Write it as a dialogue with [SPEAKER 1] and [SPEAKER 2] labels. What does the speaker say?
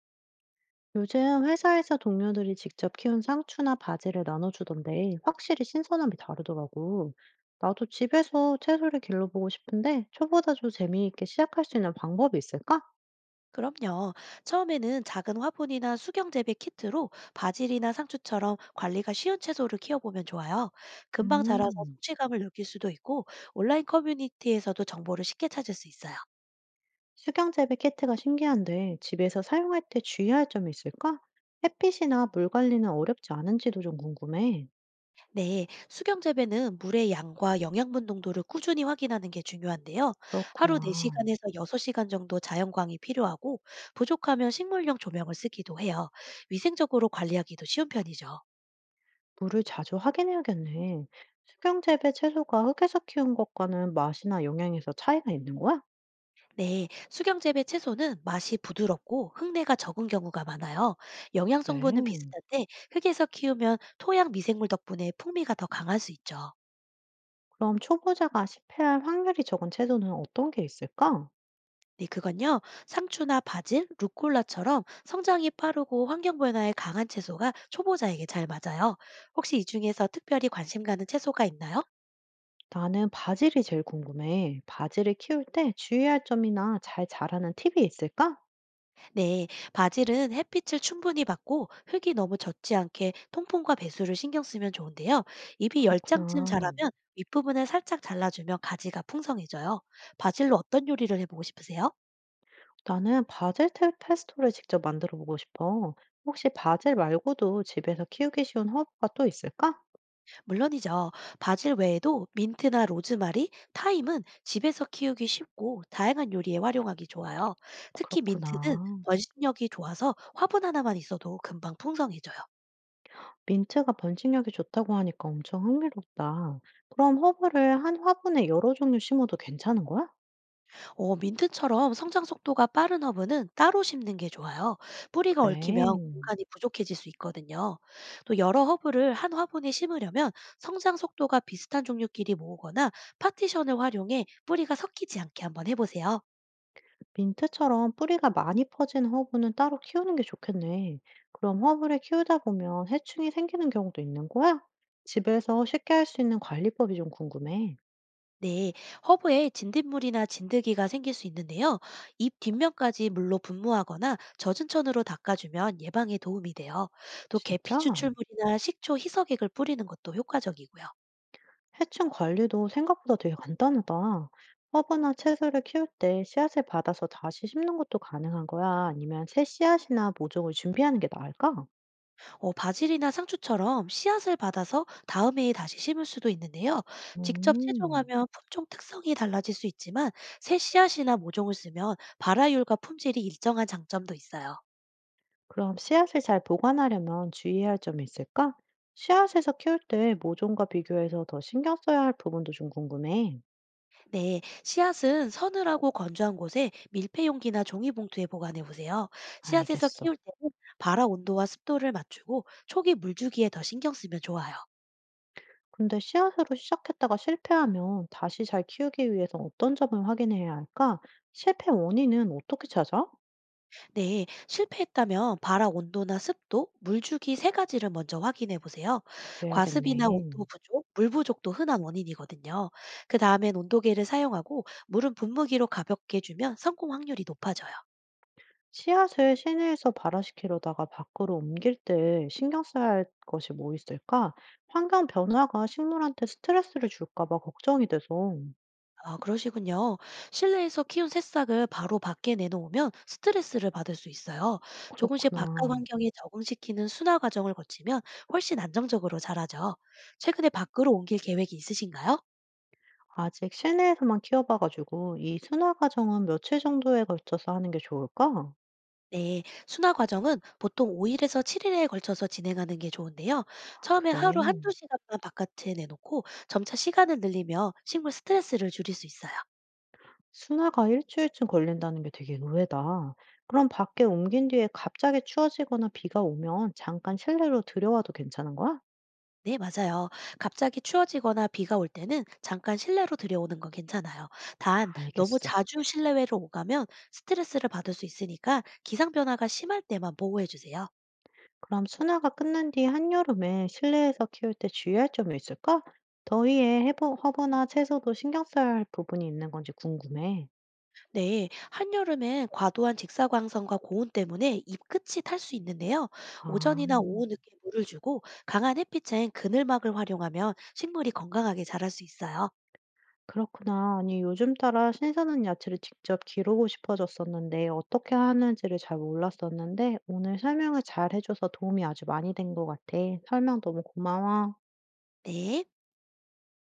[SPEAKER 1] 요즘 회사에서 동료들이 직접 키운 상추나 바지를 나눠주던데 확실히 신선함이 다르더라고. 나도 집에서 채소를 길러보고 싶은데 초보자 도 재미있게 시작할 수 있는 방법이 있을까?
[SPEAKER 2] 그럼요. 처음에는 작은 화분이나 수경 재배 키트로 바질이나 상추처럼 관리가 쉬운 채소를 키워보면 좋아요. 금방 자라서
[SPEAKER 1] 음,
[SPEAKER 2] 성취감을 느낄 수도 있고 온라인 커뮤니티에서도 정보를 쉽게 찾을 수 있어요.
[SPEAKER 1] 수경 재배 키트가 신기한데 집에서 사용할 때 주의할 점이 있을까? 햇빛이나 물 관리는 어렵지 않은지도 좀 궁금해.
[SPEAKER 2] 네, 수경 재배는 물의 양과 영양분 농도를 꾸준히 확인하는 게 중요한데요. 하루
[SPEAKER 1] 그렇구나.
[SPEAKER 2] 4시간에서 6시간 정도 자연광이 필요하고 부족하면 식물용 조명을 쓰기도 해요. 위생적으로 관리하기도 쉬운 편이죠.
[SPEAKER 1] 물을 자주 확인해야겠네. 수경 재배 채소가 흙에서 키운 것과는 맛이나 영양에서 차이가 있는 거야?
[SPEAKER 2] 네, 수경재배 채소는 맛이 부드럽고 흙내가 적은 경우가 많아요. 영양 성분은
[SPEAKER 1] 그래.
[SPEAKER 2] 비슷한데 흙에서 키우면 토양 미생물 덕분에 풍미가 더 강할 수 있죠.
[SPEAKER 1] 그럼 초보자가 실패할 확률이 적은 채소는 어떤 게 있을까?
[SPEAKER 2] 네, 그건요. 상추나 바질, 루꼴라처럼 성장이 빠르고 환경 변화에 강한 채소가 초보자에게 잘 맞아요. 혹시 이 중에서 특별히 관심 가는 채소가 있나요?
[SPEAKER 1] 나는 바질이 제일 궁금해. 바질을 키울 때 주의할 점이나 잘 자라는 팁이 있을까?
[SPEAKER 2] 네, 바질은 햇빛을 충분히 받고 흙이 너무 젖지 않게 통풍과 배수를 신경 쓰면 좋은데요. 잎이 10장쯤
[SPEAKER 1] 그렇구나.
[SPEAKER 2] 자라면 윗부분을 살짝 잘라주면 가지가 풍성해져요. 바질로 어떤 요리를 해보고 싶으세요?
[SPEAKER 1] 나는 페스토를 직접 만들어 보고 싶어. 혹시 바질 말고도 집에서 키우기 쉬운 허브가 또 있을까?
[SPEAKER 2] 물론이죠. 바질 외에도 민트나 로즈마리, 타임은 집에서 키우기 쉽고 다양한 요리에 활용하기 좋아요. 특히 민트는
[SPEAKER 1] 그렇구나.
[SPEAKER 2] 번식력이 좋아서 화분 하나만 있어도 금방 풍성해져요.
[SPEAKER 1] 민트가 번식력이 좋다고 하니까 엄청 흥미롭다. 그럼 허브를 한 화분에 여러 종류 심어도 괜찮은 거야?
[SPEAKER 2] 민트처럼 성장 속도가 빠른 허브는 따로 심는 게 좋아요. 뿌리가 얽히면
[SPEAKER 1] 그래.
[SPEAKER 2] 공간이 부족해질 수 있거든요. 또 여러 허브를 한 화분에 심으려면 성장 속도가 비슷한 종류끼리 모으거나 파티션을 활용해 뿌리가 섞이지 않게 한번 해보세요.
[SPEAKER 1] 민트처럼 뿌리가 많이 퍼진 허브는 따로 키우는 게 좋겠네. 그럼 허브를 키우다 보면 해충이 생기는 경우도 있는 거야? 집에서 쉽게 할 수 있는 관리법이 좀 궁금해.
[SPEAKER 2] 네, 허브에 진딧물이나 진드기가 생길 수 있는데요. 잎 뒷면까지 물로 분무하거나 젖은 천으로 닦아주면 예방에 도움이 돼요. 또 계피
[SPEAKER 1] 진짜?
[SPEAKER 2] 추출물이나 식초 희석액을 뿌리는 것도 효과적이고요.
[SPEAKER 1] 해충 관리도 생각보다 되게 간단하다. 허브나 채소를 키울 때 씨앗을 받아서 다시 심는 것도 가능한 거야? 아니면 새 씨앗이나 모종을 준비하는 게 나을까?
[SPEAKER 2] 바질이나 상추처럼 씨앗을 받아서 다음 해에 다시 심을 수도 있는데요. 직접
[SPEAKER 1] 음.
[SPEAKER 2] 채종하면 품종 특성이 달라질 수 있지만 새 씨앗이나 모종을 쓰면 발화율과 품질이 일정한 장점도 있어요.
[SPEAKER 1] 그럼 씨앗을 잘 보관하려면 주의해야 할 점이 있을까? 씨앗에서 키울 때 모종과 비교해서 더 신경 써야 할 부분도 좀 궁금해.
[SPEAKER 2] 네, 씨앗은 서늘하고 건조한 곳에 밀폐용기나 종이봉투에 보관해 보세요. 씨앗에서
[SPEAKER 1] 알겠어.
[SPEAKER 2] 키울 때는 발화 온도와 습도를 맞추고 초기 물주기에 더 신경 쓰면 좋아요.
[SPEAKER 1] 근데 씨앗으로 시작했다가 실패하면 다시 잘 키우기 위해서 어떤 점을 확인해야 할까? 실패 원인은 어떻게 찾아?
[SPEAKER 2] 네, 실패했다면 바람 온도나 습도, 물주기 세 가지를 먼저 확인해 보세요.
[SPEAKER 1] 그래야겠네.
[SPEAKER 2] 과습이나 온도 부족, 물 부족도 흔한 원인이거든요. 그 다음엔 온도계를 사용하고 물은 분무기로 가볍게 주면 성공 확률이 높아져요.
[SPEAKER 1] 씨앗을 실내에서 발화시키려다가 밖으로 옮길 때 신경 써야 할 것이 뭐 있을까? 환경 변화가 식물한테 스트레스를 줄까 봐 걱정이 돼서.
[SPEAKER 2] 아, 그러시군요. 실내에서 키운 새싹을 바로 밖에 내놓으면 스트레스를 받을 수 있어요. 조금씩 바깥
[SPEAKER 1] 그렇구나.
[SPEAKER 2] 환경에 적응시키는 순화 과정을 거치면 훨씬 안정적으로 자라죠. 최근에 밖으로 옮길 계획이 있으신가요?
[SPEAKER 1] 아직 실내에서만 키워봐 가지고 이 순화 과정은 며칠 정도에 걸쳐서 하는 게 좋을까?
[SPEAKER 2] 네, 순화 과정은 보통 5일에서 7일에 걸쳐서 진행하는 게 좋은데요.
[SPEAKER 1] 아
[SPEAKER 2] 처음에
[SPEAKER 1] 그래.
[SPEAKER 2] 하루 한두 시간만 바깥에 내놓고 점차 시간을 늘리며 식물 스트레스를 줄일 수 있어요.
[SPEAKER 1] 순화가 일 주일쯤 걸린다는 게 되게 의외다. 그럼 밖에 옮긴 뒤에 갑자기 추워지거나 비가 오면 잠깐 실내로 들여와도 괜찮은 거야?
[SPEAKER 2] 네, 맞아요. 갑자기 추워지거나 비가 올 때는 잠깐 실내로 들여오는 건 괜찮아요. 단, 너무
[SPEAKER 1] 알겠어.
[SPEAKER 2] 자주 실내외로 오가면 스트레스를 받을 수 있으니까 기상 변화가 심할 때만 보호해 주세요.
[SPEAKER 1] 그럼 순화가 끝난 뒤 한여름에 실내에서 키울 때 주의할 점이 있을까? 더위에 해부 허브나 채소도 신경 써야 할 부분이 있는 건지 궁금해.
[SPEAKER 2] 네, 한여름엔 과도한 직사광선과 고온 때문에 잎끝이 탈 수 있는데요.
[SPEAKER 1] 아.
[SPEAKER 2] 오전이나 오후 늦게 물을 주고 강한 햇빛엔 그늘막을 활용하면 식물이 건강하게 자랄 수 있어요.
[SPEAKER 1] 그렇구나. 아니 요즘 따라 신선한 야채를 직접 기르고 싶어졌었는데 어떻게 하는지를 잘 몰랐었는데 오늘 설명을 잘 해줘서 도움이 아주 많이 된 것 같아. 설명 너무 고마워.
[SPEAKER 2] 네.